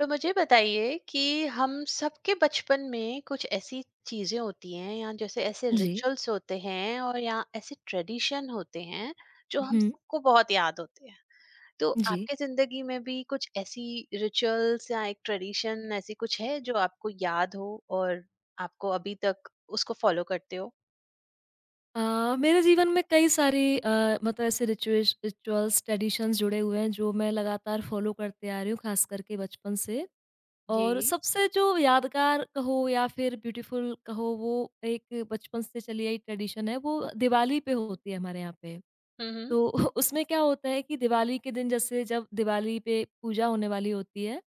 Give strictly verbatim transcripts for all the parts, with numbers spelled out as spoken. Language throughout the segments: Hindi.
तो मुझे बताइए कि हम सबके बचपन में कुछ ऐसी चीजें होती हैं या जैसे ऐसे जी। रिचुअल्स होते हैं और या ऐसे ट्रेडिशन होते हैं जो हम हुँ। सबको बहुत याद होते हैं। तो जी। आपके जिंदगी में भी कुछ ऐसी रिचुअल्स या एक ट्रेडिशन ऐसी कुछ है जो आपको याद हो और आपको अभी तक उसको फॉलो करते हो। अ, मेरे जीवन में कई सारे अ, मतलब ऐसे रिचुएश रिचुअल्स, ट्रेडिशंस जुड़े हुए हैं जो मैं लगातार फॉलो करते आ रही हूँ, ख़ास करके बचपन से। जी। और सबसे जो यादगार कहो या फिर ब्यूटीफुल कहो, वो एक बचपन से चली आई ट्रेडिशन है, वो दिवाली पे होती है हमारे यहाँ पे। हम्म। तो उसमें क्या होता है कि दिवाली के दिन, जैसे जब दिवाली पे पूजा होने वाली होती है,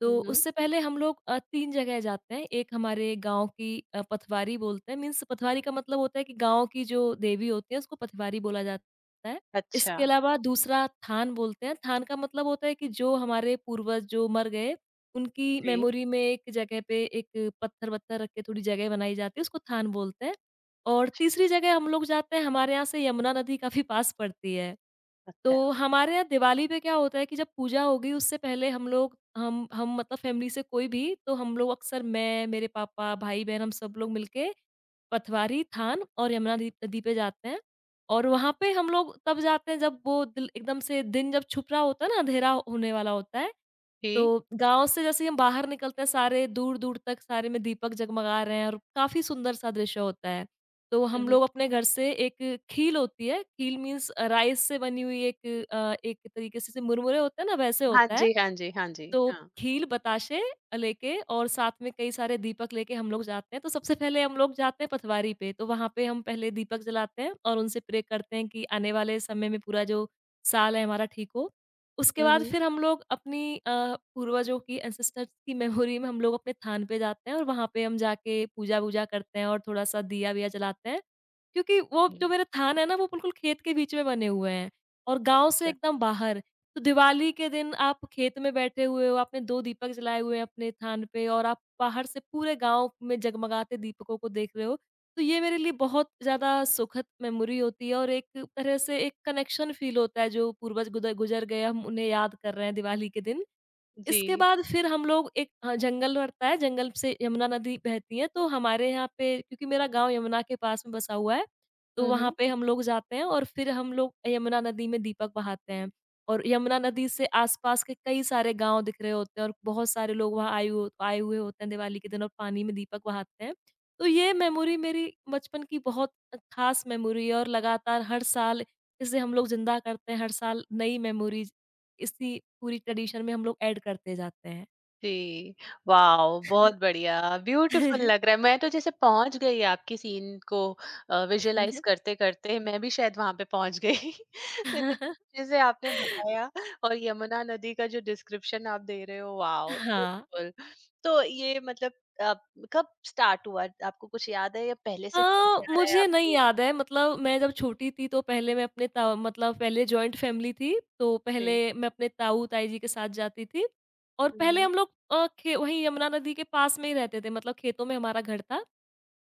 तो हम्म। उससे पहले हम लोग अ, तीन जगह जाते हैं। एक हमारे गाँव की अ, पथवारी बोलते हैं, मीन्स पथवारी का मतलब होता है कि गाँव की जो देवी होती है उसको पथवारी बोला जाता है। अच्छा। इसके अलावा दूसरा थान बोलते हैं। थान का मतलब होता है कि जो हमारे पूर्वज जो मर गए, उनकी जी। मेमोरी में एक जगह पे एक पत्थर-वत्थर रख के थोड़ी जगह बनाई जाती है, उसको थान बोलते हैं। और तीसरी जगह हम लोग जाते हैं, हमारे यहाँ से यमुना नदी काफ़ी पास पड़ती है। तो अच्छा। हमारे यहाँ दिवाली पे क्या होता है कि जब पूजा होगी उससे पहले हम लोग, हम हम मतलब फैमिली से कोई भी, तो हम लोग अक्सर मैं, मेरे पापा, भाई-बहन, हम सब लोग मिलके पटवारी, थान और यमुना दी नदी पे जाते हैं। और वहाँ पे हम लोग तब जाते हैं जब वो दिल एकदम से दिन जब छुप रहा होता है ना, अँधेरा होने वाला होता है। जी। तो गाँव से जैसे ही हम बाहर निकलते हैं, सारे दूर-दूर तक सारे में दीपक जगमगा रहे हैं और काफ़ी सुंदर-सा दृश्य होता है। तो हम हम्म। लोग अपने घर से एक खील होती है, खील मीन्स राइस से बनी हुई एक अ, एक तरीके से जैसे मुरमुरे होते हैं ना वैसे हाँ होता है। जी, हाँ जी, हाँ जी, तो हाँ। खील, बताशे अ, लेके और साथ में कई सारे दीपक लेके हम लोग जाते हैं। तो सबसे पहले हम लोग जाते हैं पटवारी पे, तो वहाँ पे हम पहले दीपक जलाते हैं और उनसे प्रे करते हैं कि आने वाले समय में पूरा जो साल है हमारा ठीक हो। उसके बाद हम्म। फिर हम लोग अपनी अ, पूर्वजों की एंसेस्टर्स की मेमोरी में हम लोग अपने थान पे जाते हैं और वहाँ पे हम जाके पूजा-वूजा करते हैं और थोड़ा-सा दिया-विया जलाते हैं। क्योंकि वो जो जी। मेरा थान है ना, वो बिल्कुल खेत के बीच में बने हुए हैं और गाँव से अच्छा। एकदम बाहर। तो दिवाली के दिन आप खेत में बैठे हुए हो, आपने दो दीपक जलाए हुए हैं अपने थान पे और आप बाहर से पूरे गाँव में जगमगाते दीपकों को देख रहे हो, तो ये मेरे लिए बहुत ज़्यादा सुखद मेमोरी होती है और एक तरह से एक कनेक्शन फ़ील होता है, जो पूर्वज गुदर गुज़र गए हम उन्हें याद कर रहे हैं दिवाली के दिन। इसके जी। बाद फिर हम लोग एक हाँ, जंगल पड़ता है, जंगल से यमुना नदी बहती है, तो हमारे यहाँ पे क्योंकि मेरा गाँव यमुना के पास में बसा हुआ है, तो वहाँ हम्म। पे हम लोग जाते हैं और फिर हम लोग यमुना नदी में दीपक बहाते हैं। और यमुना नदी से आस-पास के कई सारे गाँव दिख रहे होते हैं और बहुत सारे लोग वहाँ आए हु आए हुए होते हैं दिवाली के दिन और पानी में दीपक बहाते हैं। तो ये मेमोरी मेरी बचपन की बहुत अ, ख़ास मेमोरी है और लगातार हर साल इसे हम लोग ज़िंदा करते हैं, हर साल नई मेमोरीज़ इसी पूरी ट्रेडिशन में हम लोग ऐड करते जाते हैं। जी। वाओ, बहुत बढ़िया। ब्यूटीफुल लग रहा है, मैं तो जैसे पहुंच गई आपकी सीन को विजुअलाइज करते करते, मैं भी शायद वहां पे पहुंच गई। तो इतने अच्छे से आपने बताया, और यमुना नदी का जो डिस्क्रिप्शन आप दे रहे हो, वाओ हाँ। ब्यूटीफुल। तो ये मतलब आप, कब स्टार्ट हुआ? आपको कुछ याद है या पहले अ, से चलते आ रहा है मुझे नहीं आपके? याद है, मतलब मैं जब छोटी थी तो पहले मैं अपने ता मतलब पहले जॉइंट फैमिली थी, तो पहले जी। मैं अपने ताऊ-ताई जी के साथ जाती थी और पहले हम्म। हम लोग अ, खे वहीं यमुना नदी के पास में ही रहते थे, मतलब खेतों में हमारा घर था।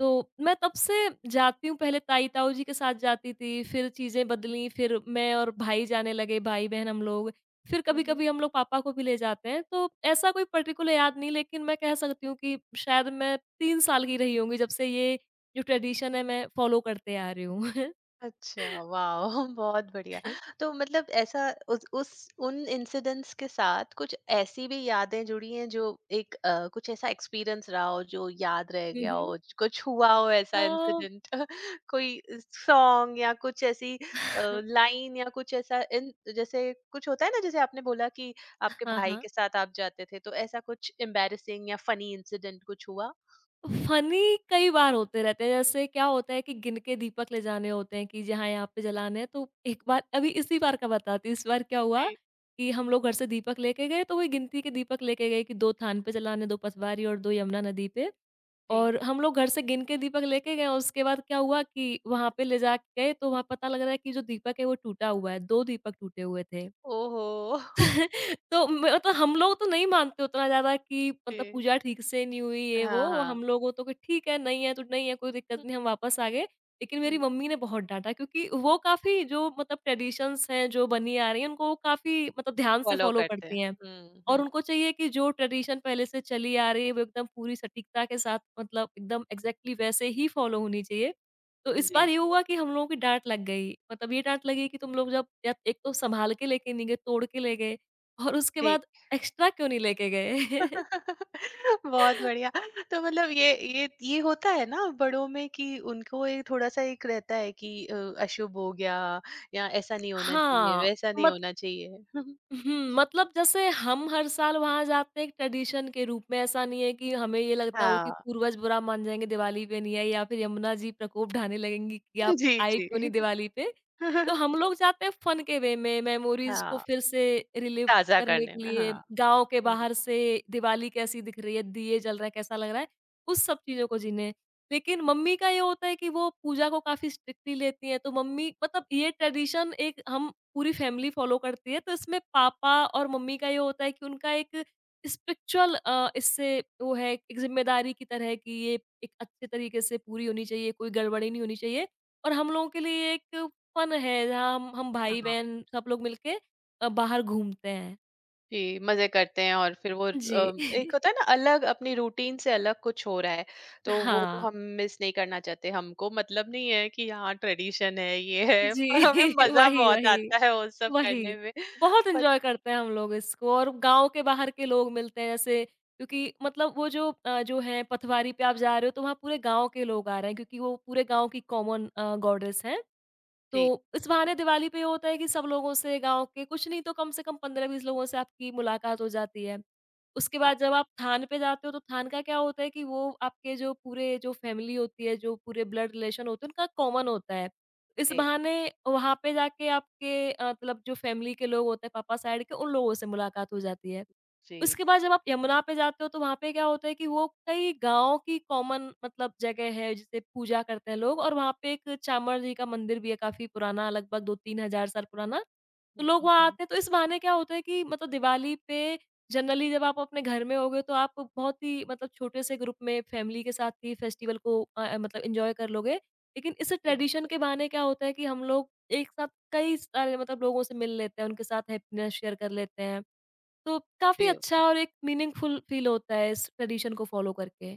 तो मैं तब से जाती हूँ, पहले ताई-ताऊ जी के साथ जाती थी, फिर चीज़ें बदलीं, फिर मैं और भाई जाने लगे, भाई-बहन हम लोग। फिर हम्म। कभी-कभी हम लोग पापा को भी ले जाते हैं, तो ऐसा कोई पर्टिकुलर याद नहीं, लेकिन मैं कह सकती हूँ कि शायद मैं तीन साल की रही होंगी जब से ये जो ट्रेडिशन है मैं फॉलो करते आ रही हूँ। अच्छा, वाओ! बहुत बढ़िया। तो मतलब ऐसा उस उस उन इंसिडेंट्स के साथ कुछ ऐसी भी यादें जुड़ी हैं, जो एक अ, कुछ ऐसा एक्सपीरियंस रहा हो जो याद रह हुँ, गया हुँ। हो, ज- कुछ हुआ हो अ, ऐसा इंसिडेंट, कोई सॉन्ग या कुछ ऐसी अ, लाइन या कुछ ऐसा इन, जैसे कुछ होता है ना, जैसे आपने बोला कि आपके हाँ, भाई हाँ। के साथ आप जाते थे, तो ऐसा कुछ एम्बैरेसिंग या फनी इंसिडेंट कुछ हुआ? फ़नी कई बार होते रहते हैं, जैसे क्या होता है कि गिन के दीपक ले जाने होते हैं कि जहाँ यहाँ पे जलाने हैं, तो एक बार, अभी इसी बार का बताती हूँ, इस बार क्या हुआ जी। कि हम लोग घर से दीपक लेके गए, तो वही गिनती के दीपक लेके गए कि दो थान पे जलाने, दो पटवारी और दो यमुना नदी पे, जी। और हम लोग घर से गिन के दीपक लेके गए और उसके बाद क्या हुआ कि वहाँ पे ले जा के गए, तो वहाँ पता लग रहा है कि जो दीपक है, वो टूटा हुआ है, दो दीपक टूटे हुए थे। ओहो! तो म मतलब हम लोग तो नहीं मानते उतना ज़्यादा कि मतलब जी। पूजा ठीक से नहीं हुई ये हाँ, वो, हाँ। हम लोगों तो कि ठीक है, नहीं है तो नहीं है, कोई दिक्कत नहीं, हम वापस आ गए। लेकिन हुँ। मेरी मम्मी ने बहुत डाँटा क्योंकि वो काफ़ी जो मतलब ट्रेडिशंस हैं, जो बनी आ रही हैं, उनको वो काफ़ी मतलब ध्यान से फ़ॉलो फॉलो करते करती हैं। हैं। हुँ, और हुँ। उनको चाहिए कि जो ट्रेडिशन पहले से चली आ रही है, वो एकदम पूरी सटीकता के साथ, मतलब एकदम एग्ज़ैक्टली वैसे ही फॉलो होनी चाहिए। तो इस बार जी, ये हुआ कि हम लोगों की डाँट लग गई। मतलब ये डाँट लगी कि तुम लोग जब या एक तो सँभाल के लेके नहीं गए, तोड़ के ले गए। और उसके ठीक। बाद एक्स्ट्रा क्यों नहीं लेके गए? बहुत बढ़िया। तो मतलब ये ये ये होता है ना बड़ों में, कि उनको ये थोड़ा-सा एक रहता है कि अ, अशुभ हो गया या ऐसा नहीं होना चाहिए, हाँ, वैसा नहीं मत होना चाहिए। हुँ, मतलब जैसे हम हर साल वहाँ जाते हैं एक ट्रेडिशन के रूप में, ऐसा नहीं है कि हमें ये लगता हो कि हाँ। पूर्वज बुरा मान जाएँगे दिवाली पे नहीं आए, या फिर यमुना जी प्रकोप ढाने लगेंगी कि आप जी, आए क्यों नहीं जी। दिवाली पे। तो हम लोग जाते हैं फन के वे में, मेमोरीज़ को हाँ, फिर से रिलीव ताज़ा करने करने के में। लिए, हाँ। गाँव के हुँ, बाहर से दिवाली कैसी दिख रही है, दिए जल रहे हैं, कैसा लग रहा है, उस सब चीज़ों को जीने। लेकिन मम्मी का ये होता है कि वो पूजा को काफ़ी स्ट्रिक्टली लेती हैं, तो मम्मी, मतलब ये ट्रेडिशन एक हम पूरी फैमिली फ़ॉलो करती है, तो इसमें पापा और मम्मी का ये होता है कि उनका एक स्पिरिचुअल अ, इससे वो है, एक ज़िम्मेदारी की तरह कि ये एक अच्छे तरीके से पूरी होनी चाहिए, कोई गड़बड़ी नहीं होनी चाहिए, और हम लोगों के लिए एक फन है, जहाँ हम हम हाँ। भाई-बहन सब लोग मिलके अ, बाहर घूमते हैं। जी, मज़े करते हैं और फिर वो जी। अ, एक होता है ना, अलग अपनी रूटीन से अलग कुछ हो रहा है, तो वो तो हाँ। हम मिस नहीं करना चाहते। हमको मतलब नहीं है कि हाँ ट्रेडिशन है, ये है, जी, पर हमें मज़ा वही, बहुत वही। आता है वो सब वही, करने में। बहुत पर एन्जॉय करते हैं हम लोग इसको, और गाँव के बाहर के लोग मिलते हैं, जैसे क्योंकि मतलब वो जो अ, जो है, पटवारी पे आप जा रहे हो तो वहाँ पूरे गाँव के लोग आ रहे हैं क्योंकि वो पूरे गाँव की कॉमन अ, गॉडेस हैं। जी, तो इस बहाने दिवाली पे ये होता है कि सब लोगों से, गाँव के कुछ नहीं तो कम से कम पंद्रह बीस लोगों से आपकी मुलाकात हो जाती है। उसके हाँ, बाद जब आप थान पे जाते हो तो थान का क्या होता है कि वो आपके जो पूरे जो फैमिली होती है, जो पूरे ब्लड रिलेशन होते हैं, उनका कॉमन होता है। इस जी, बहाने वहाँ पे जाके, आपके अ, मतलब जो फैमिली के लोग होते हैं पापा साइड के, उन लोगों से मुलाकात हो जाती है। जी। उसके बाद जब आप यमुना पे जाते हो तो वहाँ पे क्या होता है कि वो कई गाँव की कॉमन मतलब जगह है जिसे पूजा करते हैं लोग, और वहाँ पे एक चामर जी का मंदिर भी है, काफ़ी पुराना, लगभग दो तीन हज़ार साल पुराना। तो हुँ, लोग वहाँ हुँ, आते हैं, तो इस बहाने क्या होता है कि मतलब दिवाली पे जनरली जब आप अपने घर में होगे तो आप बहुत ही मतलब छोटे से ग्रुप में फैमिली के साथ ही फेस्टिवल को अ अ, मतलब एन्जॉय कर लोगे। लेकिन इस ट्रेडिशन के बहाने क्या होता है कि हम लोग एक साथ कई सारे मतलब लोगों से मिल लेते हैं, उनके साथ हैप्पीनेस शेयर कर लेते हैं। तो काफ़ी हुँ। अच्छा और एक मीनिंगफुल फ़ील होता है इस ट्रेडिशन को फ़ॉलो करके।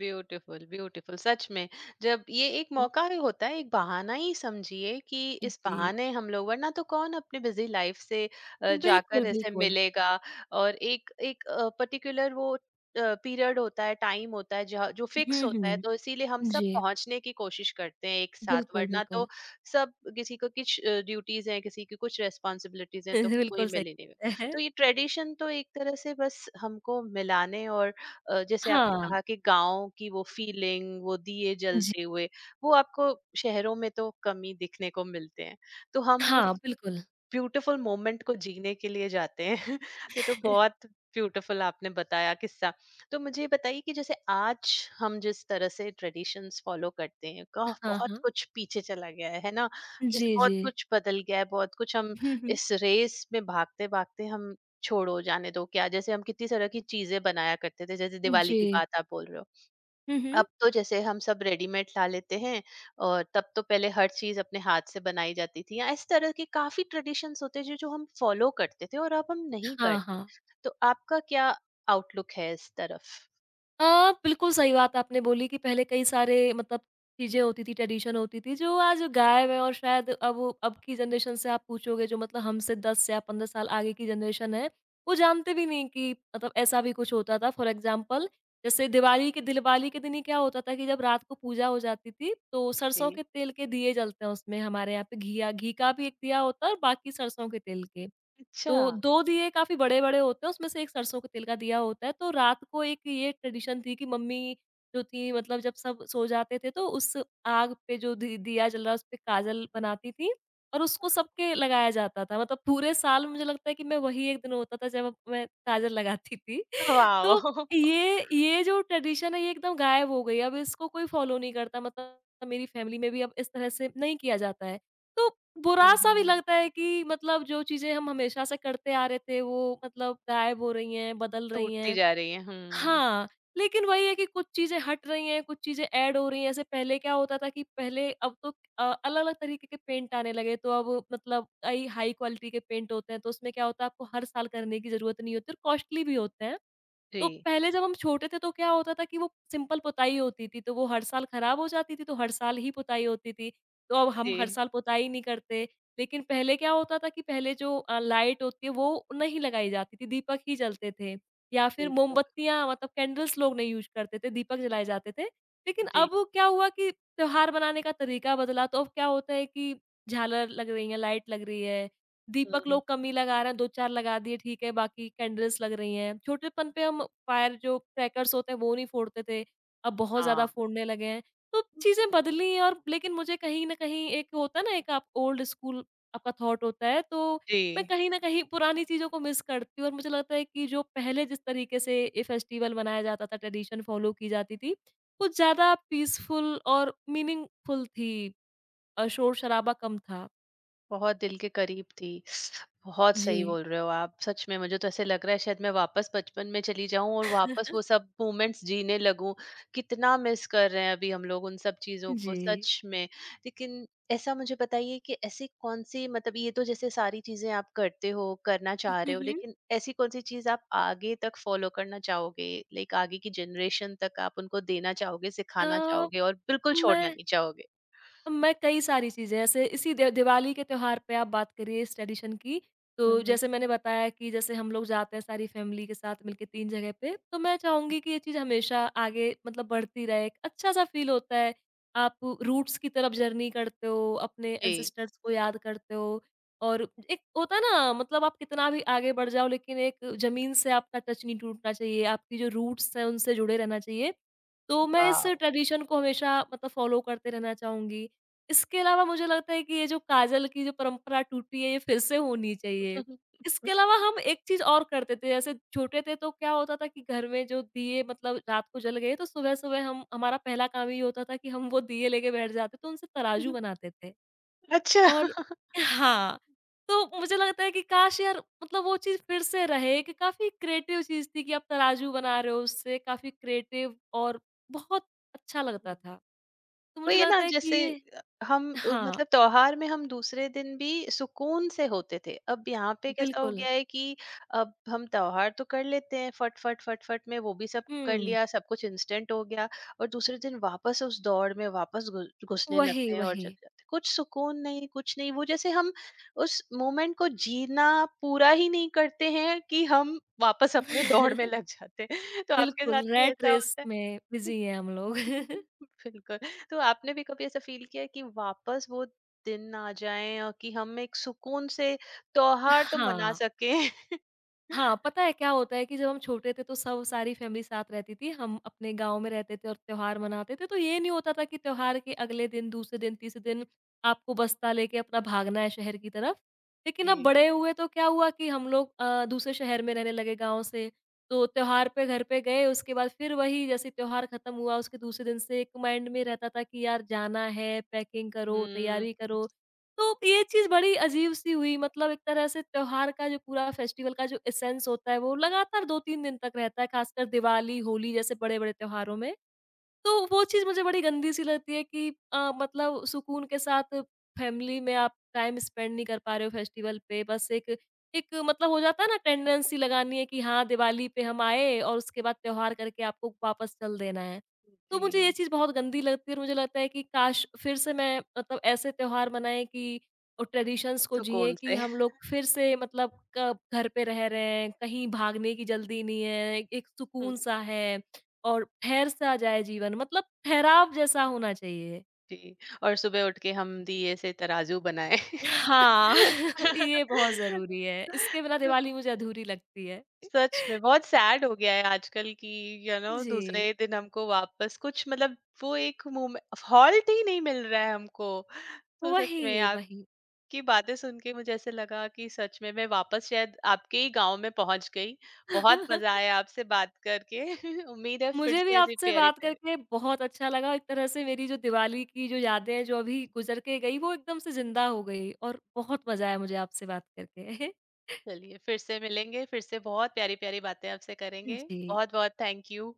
ब्यूटीफुल, ब्यूटीफुल सच में। जब ये एक हुँ, मौका ही होता है, एक बहाना ही समझिए, कि इस जी। बहाने हम लोग, वरना तो कौन अपने बिजी लाइफ से अ, बिल्कुल, जाकर ऐसे बिल्कुल। मिलेगा। और एक एक पर्टिकुलर वो पीरियड होता है, टाइम होता है जहाँ- जो फिक्स हुँ, होता है, हुँ। तो इसीलिए हम सब जी। पहुंचने की कोशिश करते हैं एक साथ, बिल्कुल, वरना बिल्कुल। तो सब किसी को कुछ ड्यूटीज हैं, किसी की कुछ रेस्पॉन्सिबिलिटीज हैं, तो कोई बिल्कुल मिल ही नहीं। सही है। तो ये ट्रेडिशन तो एक तरह से बस हमको मिलाने और अ, जैसे आपने हाँ, कहा कि गाँव की वो फीलिंग, वो दिए जी। जलते हुए, वो आपको शहरों में तो कम ही दिखने को मिलते हैं। तो हम हाँ, उस बिल्कुल। ब्यूटीफुल मोमेंट को जीने के लिए जाते हैं। तो ये तो बहुत ब्यूटीफुल आपने बताया किस्सा। तो मुझे ये बताइए कि जैसे आज हम जिस तरह से ट्रेडिशंस फॉलो करते हैं, का हाँ, बहुत हाँ। कुछ पीछे चला गया है है ना? जैसे जी, बहुत जी। कुछ बदल गया है, बहुत कुछ हम हुँ, हुँ। इस रेस में भागते भागते हम छोड़ो जाने दो क्या, जैसे हम कितनी तरह की चीजें बनाया करते थे, जैसे दिवाली जी। की बात आप बोल रहे हो। हुँ, हुँ। अब तो जैसे हम सब रेडीमेड ला लेते हैं, और तब तो पहले हर चीज अपने हाथ से बनाई जाती थी, या इस तरह के काफी ट्रेडिशंस होते जो जो हम फॉलो करते थे और अब हम नहीं हाँ, करते। हाँ। तो आपका क्या आउटलुक है इस तरफ? अ, बिल्कुल सही बात आपने बोली कि पहले कई सारे मतलब चीज़ें होती थी, ट्रेडिशन होती थी जो आज गायब है, और शायद अब वो- अब की जनरेशन से आप पूछोगे, जो मतलब हमसे दस या पंद्रह साल आगे की जनरेशन है, वो जानते भी नहीं कि मतलब ऐसा भी कुछ होता था। फॉर एग्ज़ाम्पल, जैसे दिवाली के दिलवाली के दिन ही क्या होता था कि जब रात को पूजा हो जाती थी, तो सरसों जी। के तेल के दिए जलते हैं, उसमें हमारे यहाँ पे घिया घी का भी एक दिया होता है और बाकी सरसों के तेल के। अच्छा। तो दो दिए काफ़ी बड़े-बड़े होते हैं, उसमें से एक सरसों के तेल का दिया होता है, तो रात को एक ये ट्रेडिशन थी कि मम्मी जो थी मतलब जब सब सो जाते थे, तो उस आग पे जो दी दिया जल रहा है, उसपे काजल बनाती थीं और उसको सबके लगाया जाता था। मतलब पूरे साल में मुझे लगता है कि मैं वही एक दिन होता था जब मैं काजल लगाती थी। वाओ। तो ये ये जो ट्रेडिशन है ये एकदम गायब हो गई है, अब इसको कोई फ़ॉलो नहीं करता मतलब मेरी फ़ैमिली में भी अब इस तरह से नहीं किया जाता है। तो हम्म, बुरा-सा भी हम्म, हम्म, लगता है कि मतलब जो चीज़ें हम हमेशा से करते आ रहे थे वो मतलब गायब हो रही हैं, बदल रही टूटती हैं। जा रही है, हम्म। हाँ, लेकिन वही है कि कुछ चीज़ें हट रही हैं, कुछ चीज़ें ऐड हो रही हैं। ऐसे पहले क्या होता था कि पहले अब तो अ, अलग-अलग तरीके के पेंट आने लगे, तो अब मतलब कई हाई क्वालिटी के पेंट होते हैं, तो उसमें क्या होता है आपको हर साल करने की ज़रूरत नहीं होती और कॉस्टली भी होते हैं। तो जी, पहले जब हम छोटे थे तो क्या होता था कि वो सिंपल पुताई होती थी, तो वो हर साल खराब हो जाती थी, तो हर साल ही पुताई होती थी। तो अब हम हर जी। साल पुताई नहीं करते। लेकिन पहले क्या होता था कि पहले जो अ, लाइट होती है वो नहीं लगाई जाती थी, दीपक ही जलते थे या फिर बिल्कुल। मोमबत्तियाँ मतलब कैंडल्स लोग नहीं यूज़ करते थे, दीपक जलाए जाते थे। लेकिन जी। अब क्या हुआ कि त्योहार मनाने का तरीका बदला, तो अब क्या होता है कि झालर लग रही है, लाइट लग रही है, हम्म, दीपक हम्म, लोग कम ही लगा रहे हैं, दो चार लगा दिए ठीक है, बाकी कैंडल्स लग रही हैं। छोटेपन पे हम फायर जो क्रैकर्स होते हैं वो नहीं फोड़ते थे, अब बहुत ज़्यादा हाँ फोड़ने लगे हैं। तो चीज़ें बदली हैं, और लेकिन मुझे कहीं न कहीं एक होता है ना, एक आप ओल्ड स्कूल आपका थॉट होता है, तो जी। मैं कहीं न कहीं पुरानी चीज़ों को मिस करती हूँ, और मुझे लगता है कि जो पहले जिस तरीके से ये फेस्टिवल मनाया जाता था, ट्रेडिशन फॉलो की जाती थी, कुछ ज़्यादा पीसफुल और मीनिंगफुल थी। अ, शोर-शराबा कम था। बहुत दिल के करीब थी। बहुत सही जी। बोल रहे हो आप। सच में मुझे तो ऐसे लग रहा है, शायद मैं वापस बचपन में चली जाऊँ और वापस वो सब मोमेंट्स जीने लगूँ। कितना मिस कर रहे हैं अभी हम लोग उन सब चीज़ों को, जी। सच में। लेकिन ऐसा मुझे बताइए कि ऐसी कौन-सी, मतलब ये तो जैसे सारी चीज़ें आप करते हो, करना चाह हुँ, रहे हो, हुँ। लेकिन ऐसी कौन-सी चीज़ आप आगे तक फ़ॉलो करना चाहोगे? लाइक आगे की जनरेशन तक आप उनको देना चाहोगे, सिखाना तो चाहोगे और बिल्कुल छोड़ना मैं नहीं चाहोगे? अब मैं कई सारी चीज़ें, ऐसे इसी दि दिवाली के त्योहार पे आप बात करिए इस ट्रेडिशन की, हुँ, तो हुँ। जैसे मैंने बताया कि जैसे हम लोग जाते हैं सारी फैमिली के साथ मिलके तीन जगह पे, तो मैं चाहूँगी कि ये चीज़ हमेशा आगे मतलब बढ़ती रहे। एक अच्छा-सा फ़ील होता है, आप रूट्स की तरफ जर्नी करते हो, अपने जी, एंसेस्टर्स को याद करते हो। और एक होता है ना, मतलब आप कितना भी आगे बढ़ जाओ, लेकिन एक ज़मीन से आपका टच नहीं टूटना चाहिए, आपकी जो रूट्स हैं उनसे जुड़े रहना चाहिए। तो मैं इस वॉव! ट्रेडिशन को हमेशा मतलब फ़ॉलो करते रहना चाहूँगी। इसके अलावा मुझे लगता है कि ये जो काजल की जो परंपरा टूटी है, ये फिर से होनी चाहिए। इसके अलावा हम एक चीज़ और करते थे, जैसे छोटे थे तो क्या होता था कि घर में जो दिए मतलब रात को जल गए, तो सुबह-सुबह हम हमारा पहला काम ये होता था कि हम वो दिए लेके बैठ जाते तो उनसे तराजू बनाते थे। अच्छा। और हाँ, तो मुझे लगता है कि काश यार मतलब वो चीज़ फिर से रहे। कि काफ़ी क्रिएटिव चीज़ थी कि आप तराजू बना रहे हो उससे, काफ़ी क्रिएटिव और बहुत अच्छा लगता था। तो तो मुझे ये ना लगता है कि जैसे ये। अ, हम अ, हाँ। मतलब त्योहार में हम दूसरे दिन भी सुकून से होते थे, अब यहाँ पे कैसा हो बिल्कुल, गया है कि अब हम त्योहार तो कर लेते हैं फट फट फट फट में, वो भी सब कर हुँ। लिया, सब कुछ इंस्टेंट हो गया, और दूसरे दिन वापस उस दौड़ में वापस घुस- घुसने वही, लगते हैं और चले वही। जाते हैं। कुछ सुकून नहीं, कुछ नहीं, वो जैसे हम उस मोमेंट को जीना पूरा ही नहीं करते हैं, कि हम वापस अपने दौड़ में लग जाते हैं। तो आपके बिल्कुल, साथ भी रैट ऐसा रेस होता है? में बिज़ी हैं हम लोग। बिल्कुल। तो आपने भी कभी ऐसा फील किया है कि वापस वो दिन आ जाएँ, और कि हम एक सुकून से त्योहार तो मना हाँ। सकें? हाँ, पता है क्या होता है कि जब हम छोटे थे तो सब सारी फैमिली साथ रहती थी, हम अपने गाँव में रहते थे और त्योहार मनाते थे, तो ये नहीं होता था कि त्योहार के अगले दिन, दूसरे दिन, तीसरे दिन आपको बस्ता लेके अपना भागना है शहर की तरफ। लेकिन अब जी। बड़े हुए तो क्या हुआ कि हम लोग अ, दूसरे शहर में रहने लगे गाँव से, तो त्योहार पे घर पे गए, उसके बाद फिर वही जैसे त्योहार खत्म हुआ उसके दूसरे दिन से एक माइंड में रहता था कि यार जाना है, पैकिंग करो, हुँ, तैयारी करो। तो ये चीज़ बड़ी अजीब-सी हुई, मतलब एक तरह से त्योहार का जो पूरा फेस्टिवल का जो एसेंस होता है वो लगातार दो तीन दिन तक रहता है, खासकर दिवाली, होली जैसे बड़े-बड़े त्योहारों में। तो वो चीज़ मुझे बड़ी गंदी-सी लगती है कि अ, मतलब सुकून के साथ फैमिली में आप टाइम स्पेंड नहीं कर पा रहे हो फेस्टिवल पे। बस एक एक मतलब हो जाता है ना, टेंडेंसी लगानी है कि हाँ, दिवाली पे हम आए, और उसके बाद त्योहार करके आपको वापस चल देना है। तो मुझे ये जी। चीज़ बहुत गंदी लगती है, और मुझे लगता है कि काश फिर से मैं मतलब ऐसे त्योहार मनाएँ कि और ट्रेडिशंस को जिएँ, सुकून कि से। हम लोग फिर से मतलब क घर पे रह रहे हैं, कहीं भागने की जल्दी नहीं है, एक हुँ, सुकून-सा है। और ठहर-सा जाए जीवन, मतलब ठहराव जैसा होना चाहिए। जी। और सुबह उठ के हम दिए से तराजू बनाएँ। हाँ। तो ये बहुत ज़रूरी है। इसके बिना दिवाली मुझे अधूरी लगती है। सच में बहुत सैड हो गया है आजकल कि यू नो दूसरे जी, दिन हमको वापस कुछ, मतलब वो एक मोमे, हॉल्ट ही नहीं मिल रहा है हमको। तो सच में वही, आप वही। की बातें सुन के मुझे ऐसे लगा कि सच में मैं वापस शायद आपके ही गाँव में पहुँच गई। बहुत मज़ा आया आपसे बात करके। उम्मीद है फिर मुझे भी से ऐसी आपसे बात प्यारी-प्यारी। करके बहुत अच्छा लगा। एक तरह से मेरी जो दिवाली की जो यादें हैं, जो अभी गुज़र के गई, वो एकदम से ज़िंदा हो गई और बहुत मज़ा आया मुझे आपसे बात करके। चलिए, फिर से मिलेंगे, फिर से बहुत प्यारी-प्यारी बातें आपसे करेंगे। जी। बहुत-बहुत थैंक यू।